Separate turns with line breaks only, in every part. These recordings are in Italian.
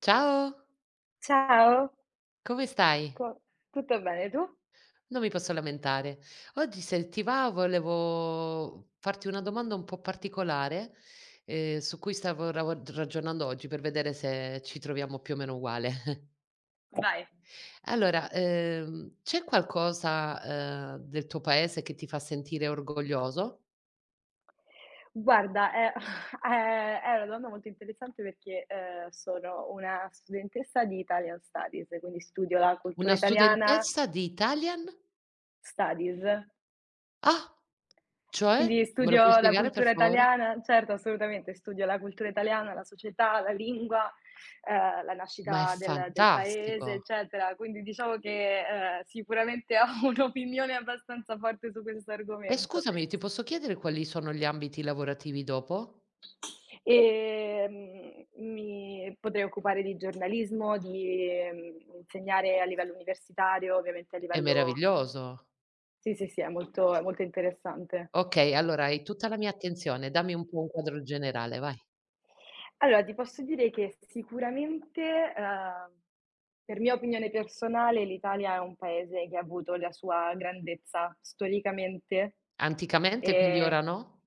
Ciao,
Ciao,
come stai?
co tutto bene, tu?
Non mi posso lamentare. Oggi se ti va volevo farti una domanda un po' particolare, su cui stavo ravo ragionando oggi per vedere se ci troviamo più o meno uguale.
Vai.
Allora, c'è qualcosa, del tuo paese che ti fa sentire orgoglioso?
Guarda, è è una domanda molto interessante perché, sono una studentessa di Italian Studies, quindi studio la cultura
Una
italiana
studentessa di Italian?
studies.
Ah, cioè?
Quindi
Me lo puoi
studio la
spiegare per
cultura
favore?
italiana, certo, assolutamente, studio la cultura italiana, la società, la lingua, la
Ma è
nascita del paese,
fantastico.
eccetera. Quindi diciamo che, sicuramente ho un'opinione abbastanza forte su questo
E
argomento.
scusami, ti posso chiedere quali sono gli ambiti lavorativi dopo?
Mi potrei occupare di giornalismo, di, insegnare a livello universitario, ovviamente a
È
livello.
meraviglioso.
Sì, sì, sì, è molto interessante.
Okay, allora hai tutta la mia attenzione, dammi un po' un quadro generale, vai.
Allora, ti posso dire che sicuramente, ehm, per mia opinione personale, l'Italia è un paese che ha avuto la sua grandezza storicamente,
Anticamente, quindi
ehm
ora no?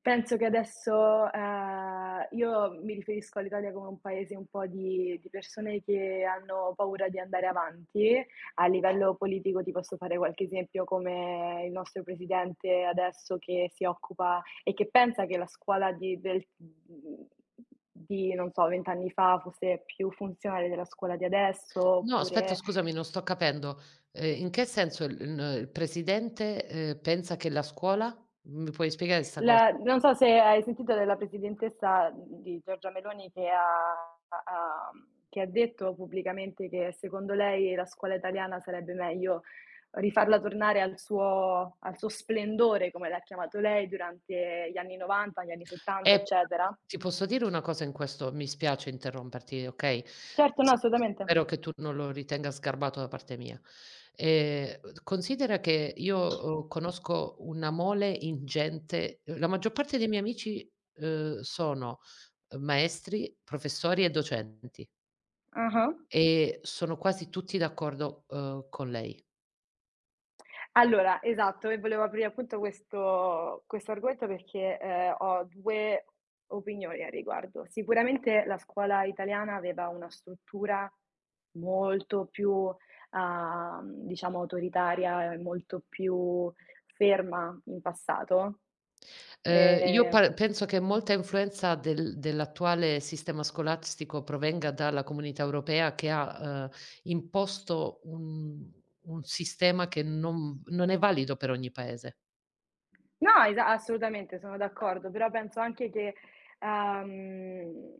penso che adesso, io mi riferisco all'Italia come un paese un po' di persone che hanno paura di andare avanti. A livello politico ti posso fare qualche esempio come il nostro presidente adesso che si occupa e che pensa che la scuola di del di non so, 20 anni fa fosse più funzionale della scuola di adesso,
No, aspetta
oppure
scusami, non sto capendo. In che senso il presidente, pensa che la scuola? Mi puoi spiegare 'sta cosa?
la, non so se hai sentito della presidentessa di Giorgia Meloni che ha che ha detto pubblicamente che secondo lei la scuola italiana sarebbe meglio rifarla tornare al suo, al suo splendore, come l'ha chiamato lei, durante gli anni '90, gli anni '70,
Però ti
eccetera.
ti posso dire una cosa, in questo mi spiace interromperti, okay,
Certo, no,
se
assolutamente.
spero che tu non lo ritenga sgarbato da parte mia. Considera che io, conosco una mole ingente, la maggior parte dei miei amici, sono maestri, professori e docenti,
Ah-ah.
e sono quasi tutti d'accordo, con lei.
Allora, esatto, e volevo aprire appunto questo argomento perché, ho 2 opinioni a riguardo. Sicuramente la scuola italiana aveva una struttura molto più, diciamo autoritaria e molto più ferma in passato.
Io
Ehm
par penso che molta influenza dell'attuale sistema scolastico provenga dalla Comunità Europea che ha, imposto un sistema che non è valido per ogni paese.
No, esa assolutamente, sono d'accordo, però penso anche che, ehm,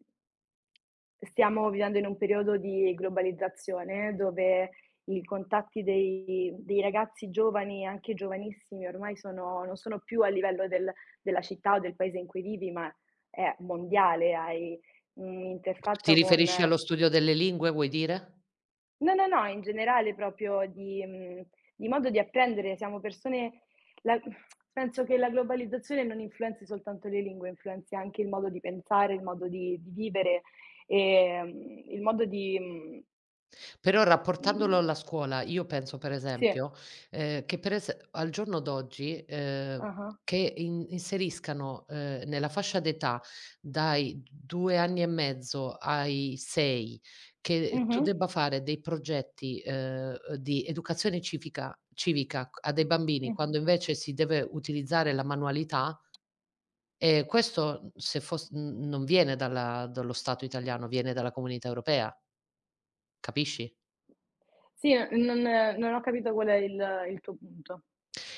stiamo vivendo in un periodo di globalizzazione dove i contatti dei ragazzi giovani, anche giovanissimi, ormai sono non sono più a livello del, della città o del paese in cui vivi, ma è mondiale, hai
Ti
un'interfaccia con.
riferisci allo studio delle lingue, vuoi dire?
No, no, no, in generale proprio di, di modo di apprendere. Siamo persone, la, penso che la globalizzazione non influenzi soltanto le lingue, influenzi anche il modo di pensare, il modo di vivere, ehm, il modo di
Però
mhmm,
rapportandolo alla scuola, io penso per
sì,
esempio, che per es al giorno d'oggi,
ah-ah,
che in inseriscano, nella fascia d'età dai 2 anni e mezzo ai 6, che tu
mh-mh,
debba fare dei progetti, di educazione civica civica c a dei bambini,
mh-mh.
quando invece si deve utilizzare la manualità, questo se fos n non viene dalla dallo Stato italiano, viene dalla Comunità Europea, capisci?
Sì, non non ho capito qual è il tuo punto.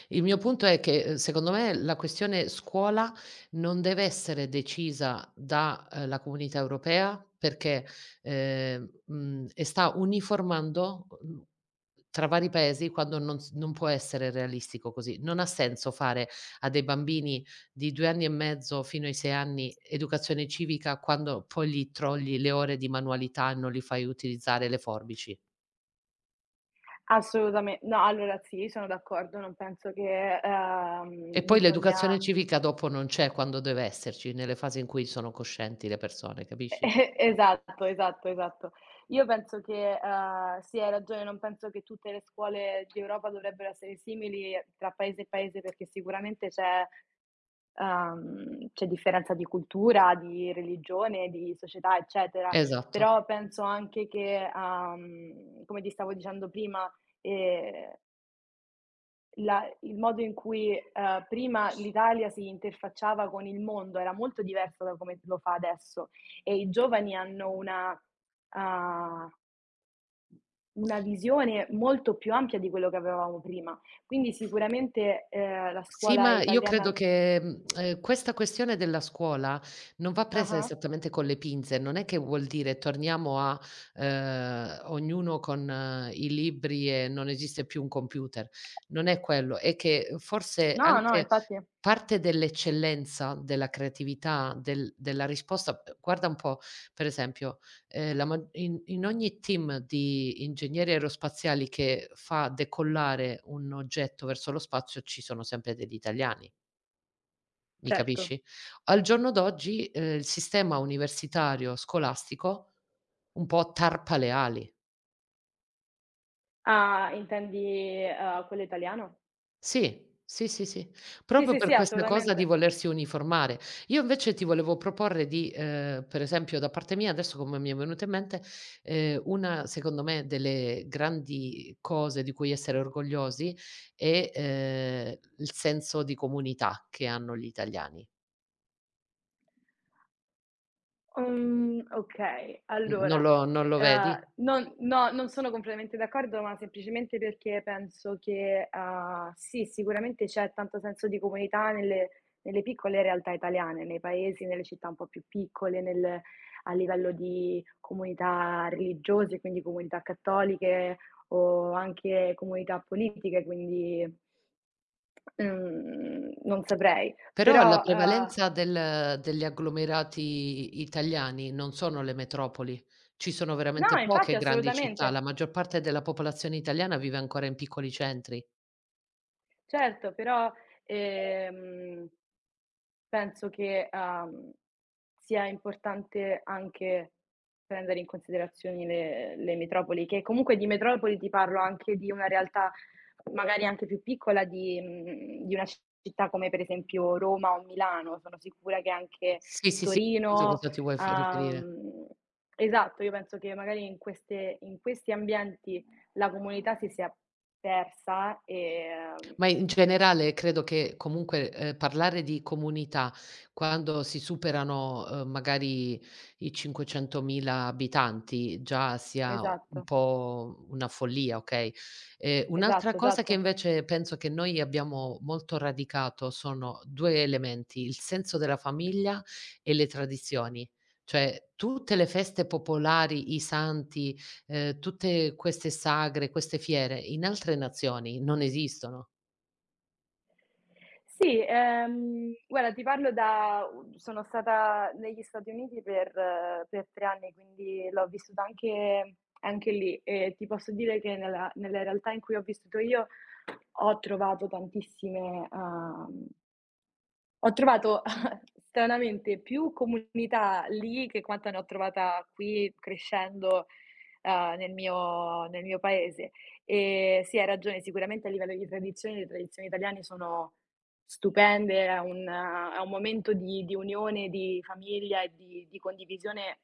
Il mio punto è che, secondo me la questione scuola non deve essere decisa da, la Comunità Europea perché, e sta uniformando, tra vari paesi quando non può essere realistico così. Non ha senso fare a dei bambini di 2 anni e mezzo fino ai 6 anni educazione civica quando poi gli trogli le ore di manualità e non gli fai utilizzare le forbici.
Assolutame no, allora sì, sono d'accordo, non penso che,
E poi l'educazione
bisogna.
civica dopo non c'è quando deve esserci, nelle fasi in cui sono coscienti le persone, capisci?
Esatto, esatto, esatto. Io penso che, sì, hai ragione, non penso che tutte le scuole d'Europa dovrebbero essere simili tra paese e paese, perché sicuramente c'è, c'è differenza di cultura, di religione, di società, eccetera.
Esatto.
Però penso anche che, come ti stavo dicendo prima, ehm la, il modo in cui, prima l'Italia si interfacciava con il mondo era molto diverso da come lo fa adesso, e i giovani hanno una, uhm, una visione molto più ampia di quello che avevamo prima. Quindi sicuramente, la
Sì,
scuola
ma io
italiana.
credo che, questa questione della scuola non va presa
Ah-ah.
esattamente con le pinze, non è che vuol dire torniamo a, ognuno con i libri e non esiste più un computer, non è quello. È che forse
No, no,
anche
infatti,
parte dell'eccellenza, della creatività, della risposta, guarda un po', per esempio, la in ogni team di ingegneri aerospaziali che fa decollare un oggetto verso lo spazio ci sono sempre degli italiani, mi
certo.
capisci? Al giorno d'oggi, il sistema universitario scolastico un po' tarpa le ali.
Ah, intendi, quello italiano?
Sì. Sì, sì, sì.
Sì,
Proprio
sì, sì,
per questa cosa di
assolutamente.
volersi uniformare. Io invece ti volevo proporre di per esempio da parte mia, adesso come mi è venuto in mente, una secondo me delle grandi cose di cui essere orgogliosi è, il senso di comunità che hanno gli italiani.
Okay,
N non
allora,
lo non lo vedi?
non, no, non sono completamente d'accordo, ma semplicemente perché penso che, sì, sicuramente c'è tanto senso di comunità nelle, nelle piccole realtà italiane, nei paesi, nelle città un po' più piccole, nel, a livello di comunità religiose, quindi comunità cattoliche o anche comunità politiche, quindi, mhmm, non saprei.
Però la
Però,
prevalenza del degli agglomerati italiani non sono le metropoli. Ci sono
no,
veramente
infatti
poche grandi città,
assolutamente.
la maggior parte della popolazione italiana vive ancora in piccoli centri.
Certo, però, ehm, penso che, sia importante anche prendere in considerazioni le metropoli, che comunque di metropoli ti parlo anche di una realtà magari anche più piccola di, di una città come per esempio Roma o Milano. Sono sicura che anche
Sì, sì, sì, ho capito a
Torino,
cosa ti vuoi f riferire.
uhm esatto, io penso che magari in queste, in questi ambienti la comunità si sia persa, e ehm
Ma in generale credo che comunque, parlare di comunità quando si superano, magari i 500.000 abitanti, già sia un
esatto,
po' una follia, okay? Un'altra
esatto,
cosa che
esatto.
invece penso che noi abbiamo molto radicato sono 2 elementi: il senso della famiglia e le tradizioni. Cioè tutte le feste popolari, i santi, tutte queste sagre, queste fiere in altre nazioni non esistono.
Sì, guarda, ti parlo da u sono stata negli Stati Uniti per 3 anni, quindi l'ho vissuta anche, anche lì e ti posso dire che nella, nella realtà in cui ho vissuto io ho trovato tantissime, ho trovato stranamente più comunità lì che quanta ne ho trovata qui crescendo, nel mio, nel mio paese. Sì, hai ragione, sicuramente a livello di tradizioni, le tradizioni italiane sono stupende, è un momento di unione, di famiglia e di condivisione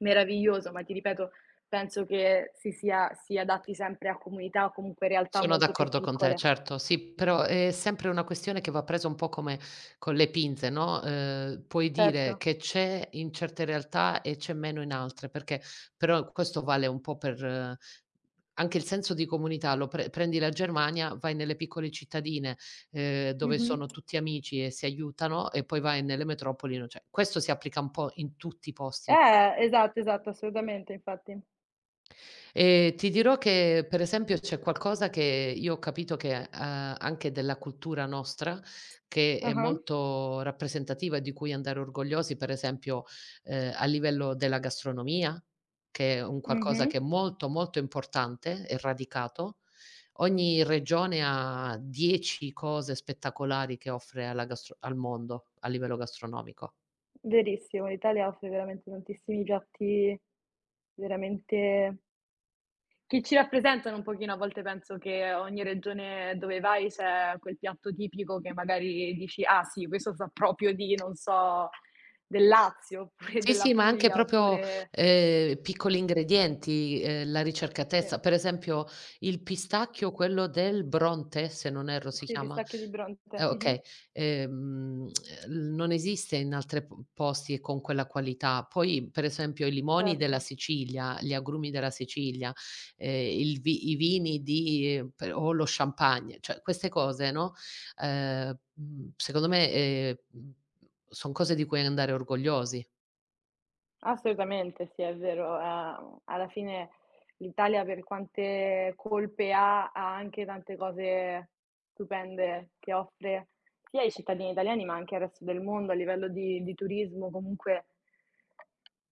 meraviglioso, ma ti ripeto, penso che si sia si adatti sempre a comunità o comunque realtà
Sono
molto più
d'accordo con te,
piccole.
certo, sì, però è sempre una questione che va presa un po' come con le pinze, no, puoi dire
Certo.
che c'è in certe realtà e c'è meno in altre, perché però questo vale un po' per anche il senso di comunità, lo prendi la Germania, vai nelle piccole cittadine, dove
Mh-mh.
sono tutti amici e si aiutano, e poi vai nelle metropoli, no cioè questo si applica un po' in tutti i posti.
Esatto, esatto, assolutamente infatti.
Ti dirò che, per esempio, c'è qualcosa che io ho capito che, anche della cultura nostra, che è
Ah-ah.
molto rappresentativa e di cui andare orgogliosi, per esempio, a livello della gastronomia, che è un qualcosa
Mh-mh.
che è molto, molto importante e radicato. Ogni regione ha 10 cose spettacolari che offre alla gastro al mondo a livello gastronomico.
Verissimo, l'Italia offre veramente tantissimi piatti, veramente, che ci rappresentano un pochino. A volte penso che ogni regione dove vai c'è quel piatto tipico che magari dici: "Ah sì, questo sa proprio di" non so, del Lazio, oppure
Sì,
della
sì, ma anche
Puglia,
proprio,
oppure
piccoli ingredienti, la
sì,
ricercatezza. Per esempio il pistacchio, quello del Bronte, se non erro si
sì,
chiama,
pistacchio di Bronte.
eh
Mh-mh,
okay, ehm, l non esiste in altre p posti e con quella qualità. Poi per esempio i limoni della
certo.
Sicilia, gli agrumi della Sicilia, il vi i vini di per o lo champagne, cioè queste cose, no, secondo me, son cose di cui andare orgogliosi.
Assolutamente sì, è vero. Alla fine l'Italia per quante colpe ha, ha anche tante cose stupende che offre sia ai cittadini italiani, ma anche al resto del mondo a livello di turismo, comunque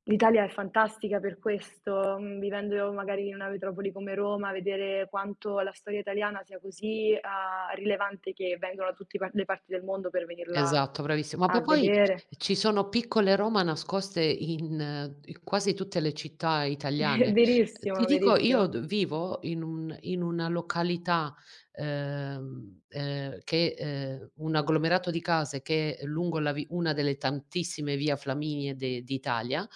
l'Italia è fantastica per questo, vivendo magari in una metropoli come Roma, vedere quanto la storia italiana sia così, rilevante, che vengono da tutti par le parti del mondo per venirla
Esatto, bravissimo. Ma po
a
poi
vedere.
ci sono piccole Roma nascoste in in quasi tutte le città italiane.
Verissimo,
Ti dico, io
verissimo.
d vivo in una località, che un agglomerato di case che è lungo la vi una delle tantissime via Flaminie de d'Italia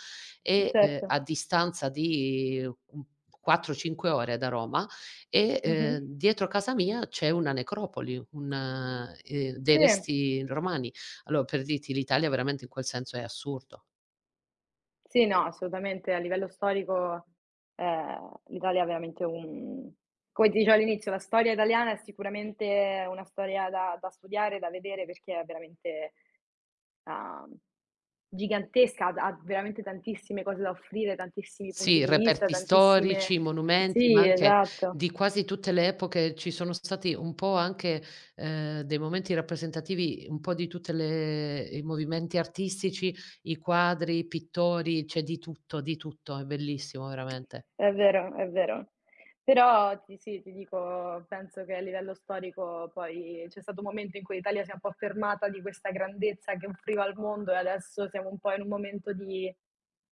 e,
Certo.
a distanza di, 4, 5 ore da Roma, e,
Mh-mh.
dietro casa mia c'è una necropoli, un dei
Sì,
resti romani. Allora per dirti l'Italia veramente in quel senso è assurdo.
sì, no, assolutamente a livello storico, l'Italia ha veramente un, come ti dicevo all'inizio, la storia italiana è sicuramente una storia da studiare, da vedere perché è veramente, uhm, gigantesca, ha veramente tantissime cose da offrire, tantissimi punti
Sì,
di vista,
reperti
tantissime,
storici, monumenti, ma
sì,
anche
esatto.
di quasi tutte le epoche ci sono stati un po' anche, dei momenti rappresentativi un po' di tutte le i movimenti artistici, i quadri, i pittori, c'è di tutto, è bellissimo veramente.
È vero, è vero. Però ti sì, ti dico, penso che a livello storico poi c'è stato un momento in cui l'Italia si è un po' fermata di questa grandezza che offriva al mondo e adesso siamo un po' in un momento di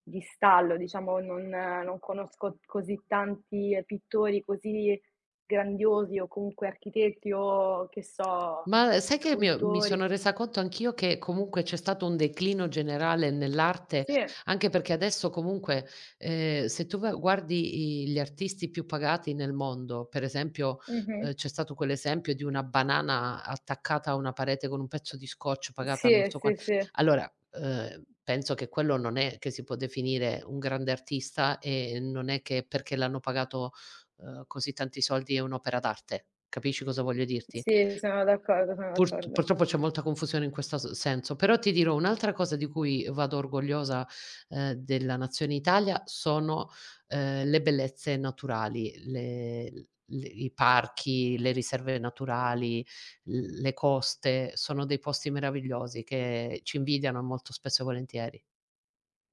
stallo, diciamo, non non conosco così tanti pittori così grandiosi o comunque architetti o che so,
Ma sai che mi
scultori.
sono resa conto anch'io che comunque c'è stato un declino generale nell'arte,
Sì,
anche perché adesso comunque, se tu va guardi i gli artisti più pagati nel mondo, per esempio,
mh-mh.
c'è stato quell'esempio di una banana attaccata a una parete con un pezzo di scotch pagata non
Sì,
so quan
sì, sì.
allora, penso che quello non è che si può definire un grande artista e non è che perché l'hanno pagato, così tanti soldi è un'opera d'arte. Capisci cosa voglio dirti?
Sì, sono d'accordo, sono d'accordo.
Purtroppo c'è molta confusione in questo s senso, però ti dirò un'altra cosa di cui vado orgogliosa, della nazione Italia sono, le bellezze naturali, le i parchi, le riserve naturali, l le coste, sono dei posti meravigliosi che ci invidiano molto spesso e volentieri.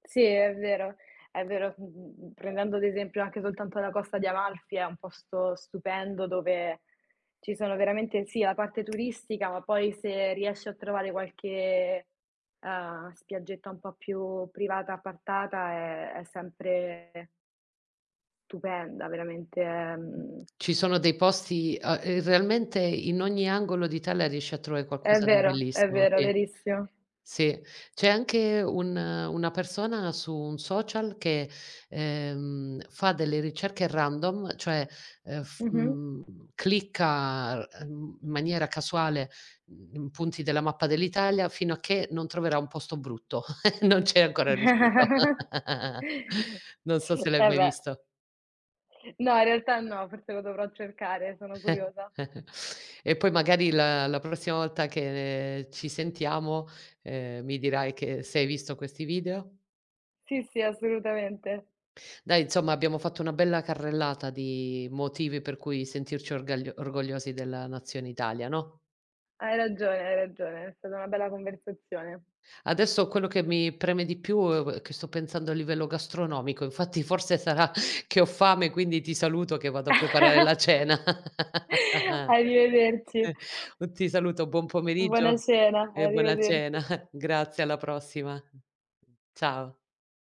Sì, è vero, è vero. Mhmm, prendendo ad esempio anche soltanto la Costa di Amalfi, è un posto stupendo dove ci sono veramente, sì, la parte turistica, ma poi se riesci a trovare qualche, spiaggetta un po' più privata, appartata, è sempre stupenda, veramente,
Ci sono dei posti a realmente in ogni angolo d'Italia riesci a trovare qualcosa di
è
bellissimo,
vero,
sì.
verissimo.
Sì, c'è anche un una persona su un social che, fa delle ricerche random, cioè,
Mh-mh.
clicca, in maniera casuale, punti della mappa dell'Italia fino a che non troverà un posto brutto. Non c'è ancora riuscito. Non so se l'hai
Eh
mai
beh.
visto.
No, in realtà no, forse lo dovrò cercare, sono curiosa.
E poi magari la prossima volta che ci sentiamo, mi dirai che se hai visto questi video.
Sì, sì, assolutamente.
Dai, insomma abbiamo fatto una bella carrellata di motivi per cui sentirci orgaglio orgogliosi della nazione Italia, no,
Hai ragione, hai ragione. È stata una bella conversazione.
adesso quello che mi preme di più è che sto pensando a livello gastronomico, infatti forse sarà che ho fame, quindi ti saluto che vado a preparare la cena.
Arrivederci.
U ti saluto, buon
Buona
pomeriggio
cena,
e buona
arrivederci.
cena. Grazie, alla prossima. Ciao.